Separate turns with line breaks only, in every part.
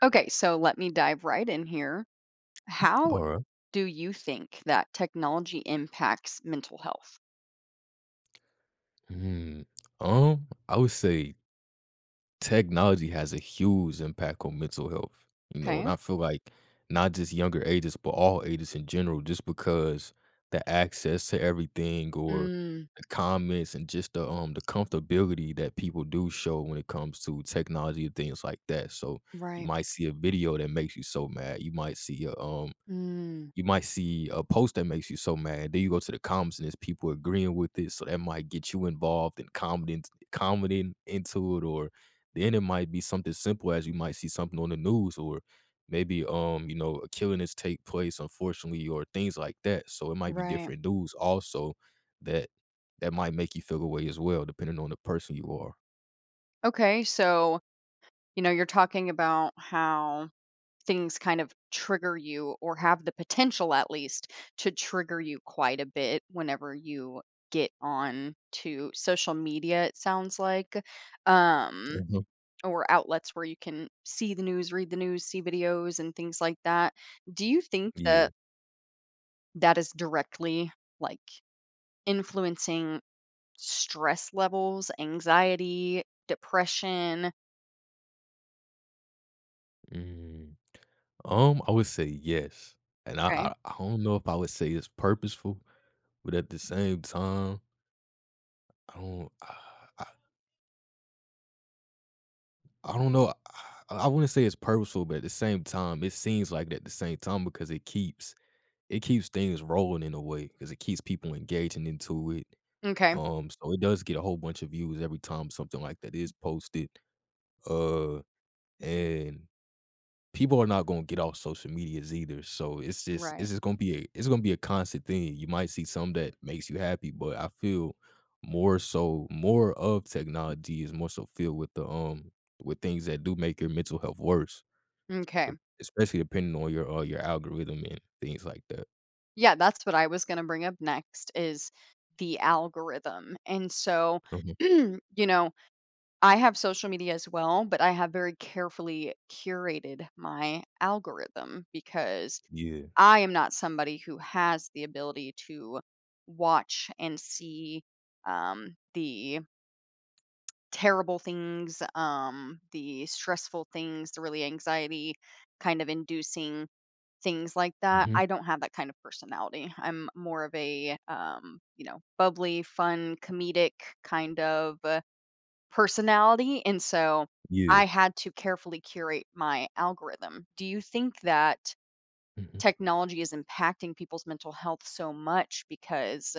Okay, so let me dive right in here. How
Alright.
do you think that technology impacts mental health?
Hmm. I would say technology has a huge impact on mental health, you know,
Okay.
and I feel like not just younger ages, but all ages in general, just because the access to everything or
Mm,
the comments and just the comfortability that people do show when it comes to technology and things like that. So you
right.
might see a video that makes you so mad.
Mm,
You might see a post that makes you so mad, then you go to the comments and there's people agreeing with it, so that might get you involved and commenting into it, or then it might be something simple as you might see something on the news or maybe, a killing has take place, unfortunately, or things like that, so it might be
right.
different news also that that might make you feel a way as well, depending on the person you are.
Okay, so, you're talking about how things kind of trigger you or have the potential at least to trigger you quite a bit whenever you get on to social media, it sounds like. Um,
Mhm.
or outlets where you can see the news, read the news, see videos and things like that. Do you think
Yeah.
that that is directly like influencing stress levels, anxiety, depression?
Mm. I would say yes, and I
Okay.
I I don't know if I would say it's purposeful. But at the same time, I don't I I I don't know, I wouldn't say it's purposeful, but at the same time, it seems like it at the same time because it keeps things rolling in a way because it keeps people engaging into it.
Okay.
So it does get a whole bunch of views every time something like that is posted. Uh, and people are not going to get off social medias either. So it's just
Right.
it's just going to be a constant thing. You might see some that makes you happy, but I feel more so more of technology is more so filled with the with things that do make your mental health worse,
Okay.
e- especially depending on your algorithm and things like that.
Yeah, that's what I was going to bring up next is the algorithm. And so,
Mhm.
you know, I have social media as well, but I have very carefully curated my algorithm because
Yeah.
I am not somebody who has the ability to watch and see the terrible things, the stressful things, the really anxiety kind of inducing things like that.
Hmm.
I don't have that kind of personality. I'm more of a, bubbly, fun, comedic kind of personality. And so
Yeah.
I had to carefully curate my algorithm. Do you think that
Hmm.
technology is impacting people's mental health so much because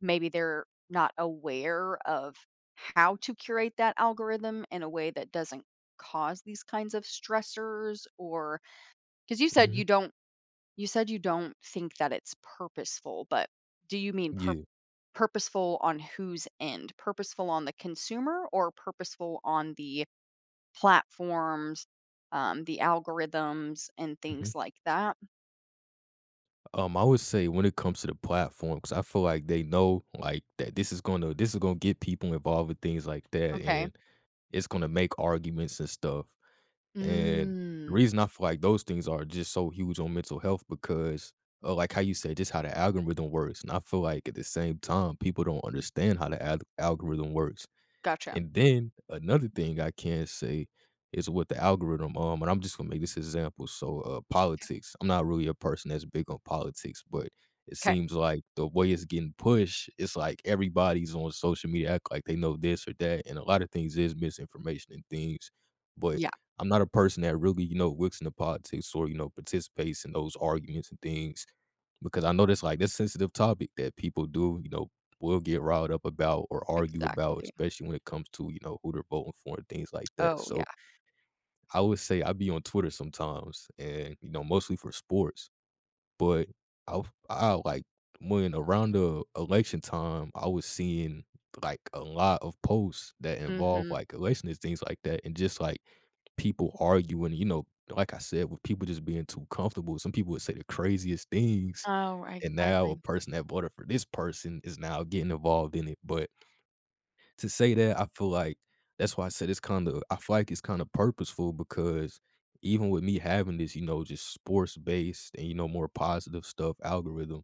maybe they're not aware of how to curate that algorithm in a way that doesn't cause these kinds of stressors? Or because
Hmm.
you said you don't think that it's purposeful, but do you mean
Yeah.
purposeful on whose end? Purposeful on the consumer or purposeful on the platforms, the algorithms and
Hmm.
things like that?
I would say when it comes to the platform, because I feel like they know like that this is gonna get people involved with things like that,
Okay.
and it's gonna make arguments and stuff, and the
Mm.
reason I feel like those things are just so huge on mental health because, like how you said, just how the algorithm works, and I feel like at the same time, people don't understand how the al algorithm works.
Gotcha.
And then another thing I can say is with the algorithm, and I'm just gonna make this example. So, politics. I'm not really a person that's big on politics, but it
Okay.
seems like the way it's getting pushed, it's like everybody's on social media act like they know this or that, and a lot of things is misinformation and things. But
Yeah,
I'm not a person that really, looks into politics or participates in those arguments and things because I know this like this sensitive topic that people do, will get riled up about or argue about,
exactly.
especially when it comes to, who they're voting for and things like that.
Oh,
So
yeah.
I would say I be on Twitter sometimes and, mostly for sports. But I I like when around the election time, I was seeing like a lot of posts that involve
Mhm.
like election and things like that, and just like people arguing, like I said, with people just being too comfortable. Some people would say the craziest things
Oh, I
and
I
now a
agree.
person that voted for this person is now getting involved in it. But to say that, I feel like that's why I said it's kind of I feel like it's kind of purposeful because even with me having this, just sports based and more positive stuff algorithm,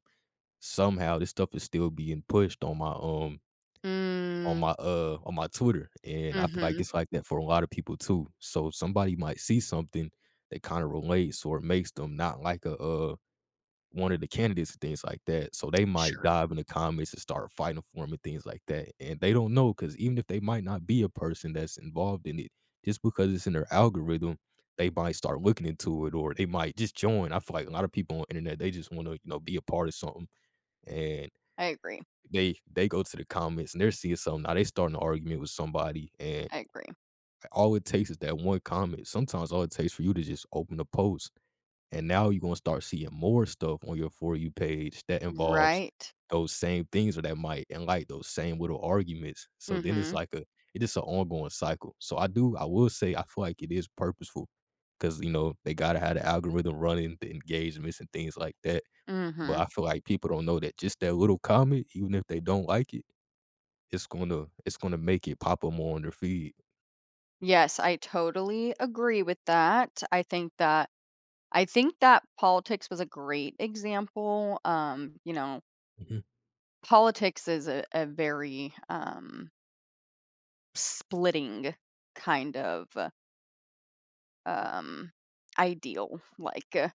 somehow this stuff is still being pushed on my on
Mm.
my on my Twitter, and I feel like
Mhm.
it's like that for a lot of people too. So somebody might see something that kind of relates or it makes them not like a one of the candidates and things like that. So they might
Sure.
dive in the comments and start fighting for him and things like that. And they don't know because even if they might not be a person that's involved in it, just because it's in their algorithm, they might start looking into it or they might just join. I feel like a lot of people on the internet, they just want to, be a part of something. And
I agree.
they go to the comments and they're seeing something. Now they starting an argument with somebody. And
I agree.
all it takes is that one comment. Sometimes all it takes for you to just open the post and now you're gonna start seeing more stuff on your For You page that involves
Right.
those same things or that might enlight those same little arguments. So then it's
Mhm.
like a it's just an ongoing cycle. So I will say I feel like it is purposeful because, they gotta have the algorithm running, the engagements and things like that. But
Mhm.
I feel like people don't know that just that little comment, even if they don't like it, it's gonna make it pop up more on their feed.
Yes, I totally agree with that. I think that politics was a great example. You know,
Mhm.
politics is a very, splitting kind of, um, ideal, like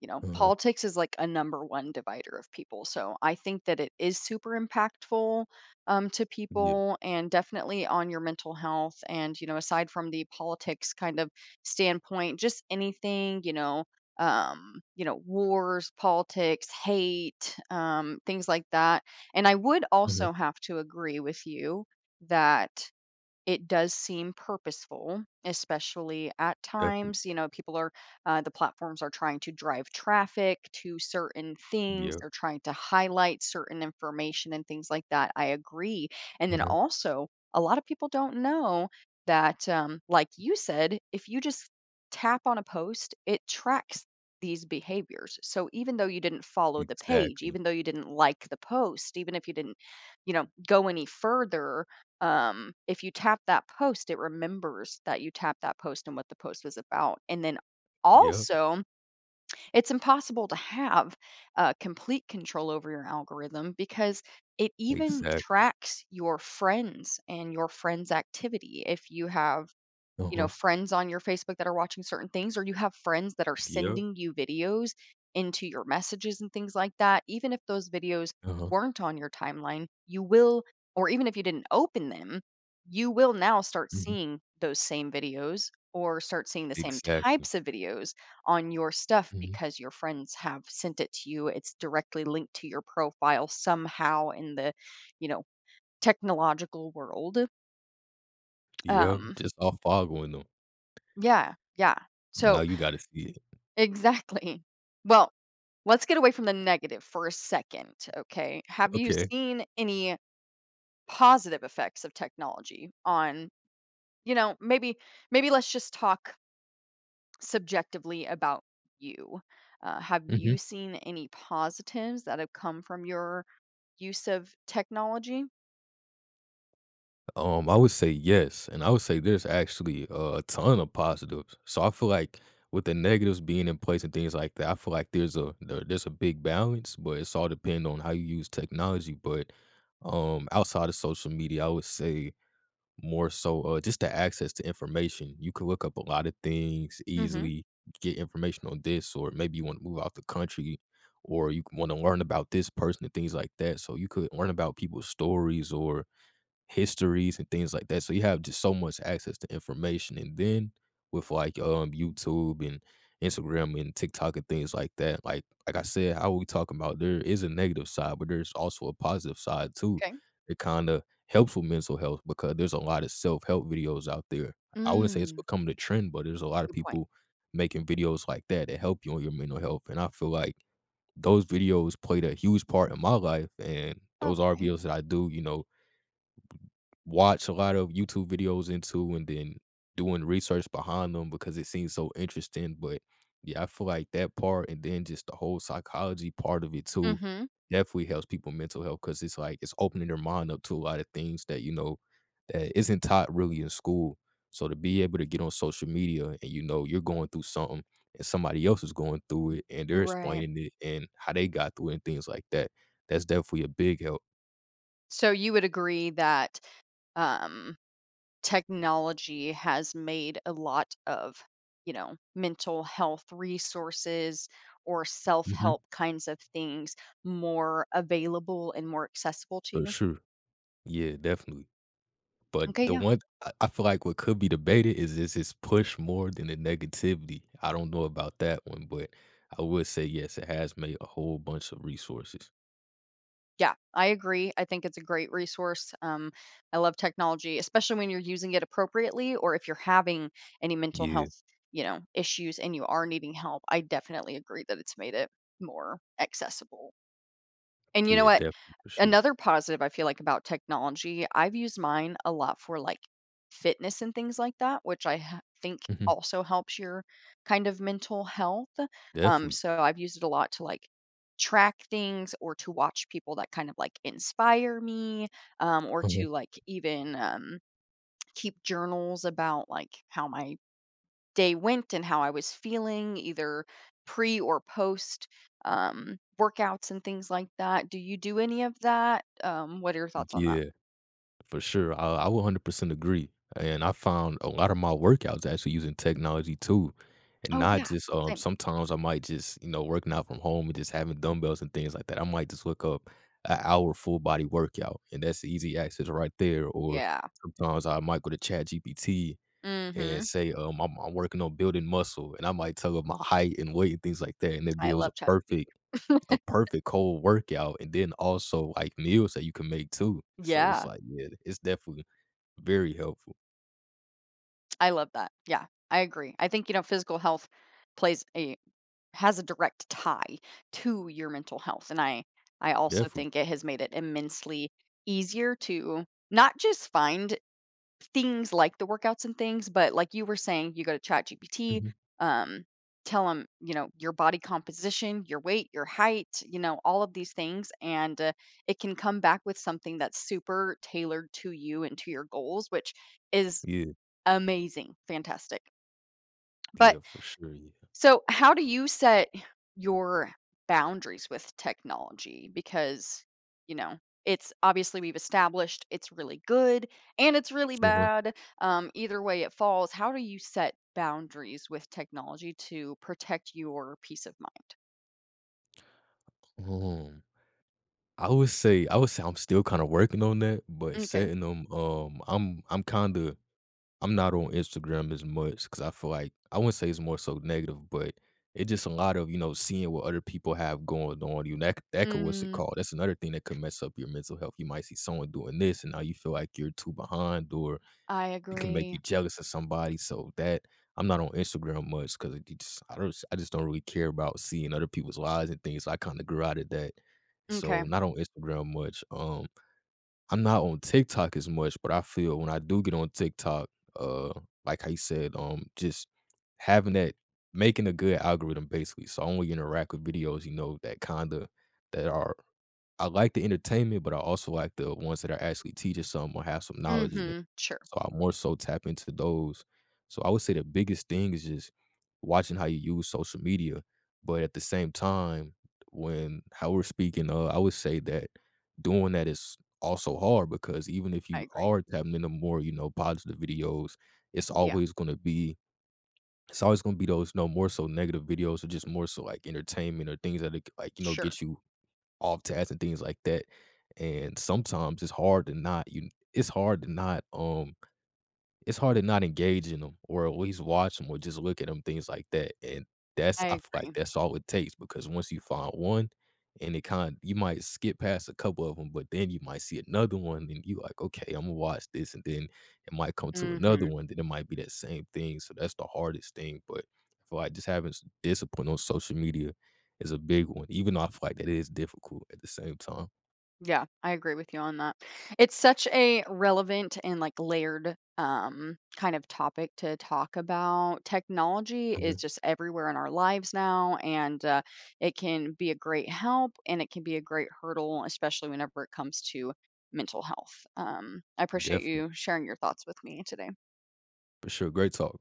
you know,
Uh-huh.
politics is like a number one divider of people. So I think that it is super impactful to
Yeah.
people and definitely on your mental health. And, you know, aside from the politics kind of standpoint, just anything, you know, wars, politics, hate, things like that. And I would
Uh-huh.
also have to agree with you that it does seem purposeful, especially at
Definitely.
times. You know, people are, the platforms are trying to drive traffic to certain things.
Yeah.
They're trying to highlight certain information and things like that. I agree. And then
Uh-huh.
also, a lot of people don't know that, like you said, if you just tap on a post, it tracks these behaviors. So even though you didn't follow the page,
Exactly.
even though you didn't like the post, even if you didn't, you know, go any further, if you tap that post, it remembers that you tapped that post and what the post was about. And then
Yeah.
also, it's impossible to have complete control over your algorithm because it even
Exactly.
tracks your friends and your friends' activity. If you have, you know,
Uh-huh.
friends on your Facebook that are watching certain things, or you have friends that are
Yep.
sending you videos into your messages and things like that. Even if those videos
Uh-huh.
weren't on your timeline, you will, or even if you didn't open them, you will now start
Mhm.
seeing those same videos or start seeing the same
Exactly.
types of videos on your stuff
Mhm.
because your friends have sent it to you. It's directly linked to your profile somehow in the, you know, technological world.
Yep.
Um,
Just all following them.
yeah, yeah.
Now
So
you gotta see it.
exactly. Well, let's get away from the negative for a second, okay? Have you
Okay.
seen any positive effects of technology on, you know, maybe let's just talk subjectively about you. Have you
Mhm.
seen any positives that have come from your use of technology?
I would say yes, and I would say there's actually a ton of positives. So I feel like with the negatives being in place and things like that, I feel like there's a big balance, but it's all depend on how you use technology. But outside of social media, I would say more so, just the access to information. You can look up a lot of things
Mm-hmm.
easily, get information on this, or maybe you want to move out the country, or you want to learn about this person and things like that. So you could learn about people's stories or histories and things like that. So you have just so much access to information. And then with like YouTube and Instagram and TikTok and things like that, like I said, how we talking about there is a negative side, but there's also a positive side too.
Okay.
It kind of helps with mental health because there's a lot of self-help videos out there. I wouldn't say it's
Mm,
becoming a trend, but there's a lot of
good point.
people making videos like that that help you on your mental health. And I feel like those videos played a huge part in my life. And those are
Okay.
videos that I do, watch a lot of YouTube videos into and then doing research behind them because it seems so interesting. But yeah, I feel like that part and then just the whole psychology part of it too
Mm-hmm.
definitely helps people mental health because it's like it's opening their mind up to a lot of things that that isn't taught really in school. So to be able to get on social media and you're going through something and somebody else is going through it and they're
Right.
explaining it and how they got through it and things like that. That's definitely a big help.
So you would agree that um technology has made a lot of, you know, mental health resources or
Hmm.
self-help kinds of things more available and more accessible to
For
you?
sure. Yeah, definitely. But
Okay,
the
yeah.
one I feel like what could be debated is his push more than the negativity. I don't know about that one, but I would say yes, it has made a whole bunch of resources.
Yeah, I agree. I think it's a great resource. I love technology, especially when you're using it appropriately or if you're having any mental
Yeah,
health, you know, issues and you are needing help. I definitely agree that it's made it more accessible. And you know
yeah,
what?
definitely for sure.
Another positive I feel like about technology, I've used mine a lot for, like, fitness and things like that, which I ha think
Mhm,
also helps your kind of mental health.
definitely.
So I've used it a lot to, like, track things or to watch people that kind of, like, inspire me, or to, like, even, keep journals about, like, how my day went and how I was feeling, either pre or post, workouts and things like that. Do you do any of that? What are your thoughts on that?
Yeah. For sure. I would 100% agree. And I found a lot of my workouts actually using technology too. And
Oh
not
yeah,
just,
same.
sometimes I might just, working out from home and just having dumbbells and things like that. I might just look up an hour full body workout and that's easy access right there. Or
Yeah.
sometimes I might go to Chat GPT and
Mm-hmm.
say, I'm working on building muscle and I might tell it my height and weight and things like that. And it
I
builds a
love
perfect
ChatGPT.
a perfect cold workout and then also, like, meals that you can make too. So it's
Yeah,
like, yeah, it's definitely very helpful.
I love that. Yeah, I agree. I think you know physical health plays a has a direct tie to your mental health, and I also
Definitely.
think it has made it immensely easier to not just find things like the workouts and things, but like you were saying, you go to ChatGPT,
Mhm.
um, tell them, you know, your body composition, your weight, your height, you know, all of these things. And it can come back with something that's super tailored to you and to your goals, which is
Yeah,
amazing, fantastic. But
yeah, for sure, yeah.
so, how do you set your boundaries with technology? Because, you know, it's obviously we've established it's really good and it's really
Uh-huh.
bad. Either way it falls. How do you set boundaries with technology to protect your peace of mind?
Um, I would say I'm still kinda working on that, but
Okay.
setting them. I'm not on Instagram as much because I feel like I wouldn't say it's more so negative, but it's just a lot of seeing what other people have going on. You that could what's it
Mm,
called? That's another thing that could mess up your mental health. You might see someone doing this, and now you feel like you're too behind, or
I
it can make
agree.
you jealous of somebody. So that I'm not on Instagram much because just I just don't really care about seeing other people's lives and things. So I kind of grew out of that,
Okay.
so not on Instagram much. I'm not on TikTok as much, but I feel when I do get on TikTok, uh, like I said, just having that making a good algorithm basically. So I only interact with videos, that kinda that are I like the entertainment, but I also like the ones that are actually teaching something or have some knowledge in it.
Mm-hmm. Sure.
So I more so tap into those. So I would say the biggest thing is just watching how you use social media. But at the same time, when how we're speaking, I would say that doing that is also hard because even if
I
you
agree.
are tapping into more, positive videos, it's
Yeah.
always going to be it's always going to be those no more so negative videos or just more so like entertainment or things that
Sure.
get you off task and things like that. And sometimes it's hard to not engage in them or at least watch them or just look at them, things like that, and that's I
I
feel like
agree.
that's all it takes because once you find one and it kind of you might skip past a couple of them, but then you might see another one and you like, "Okay, Imma watch this," and then it might come to another
Mm-hmm.
one, then it might be that same thing, so that's the hardest thing, but I feel like just having some discipline on social media is a big one, even though I feel like that is difficult at the same time.
Yeah, I agree with you on that. It's such a relevant and like layered kind of topic to talk about. Technology is
Mhm.
just everywhere in our lives now and it can be a great help and it can be a great hurdle, especially whenever it comes to mental health. I appreciate
Definitely.
you sharing your thoughts with me today.
For sure, great talk.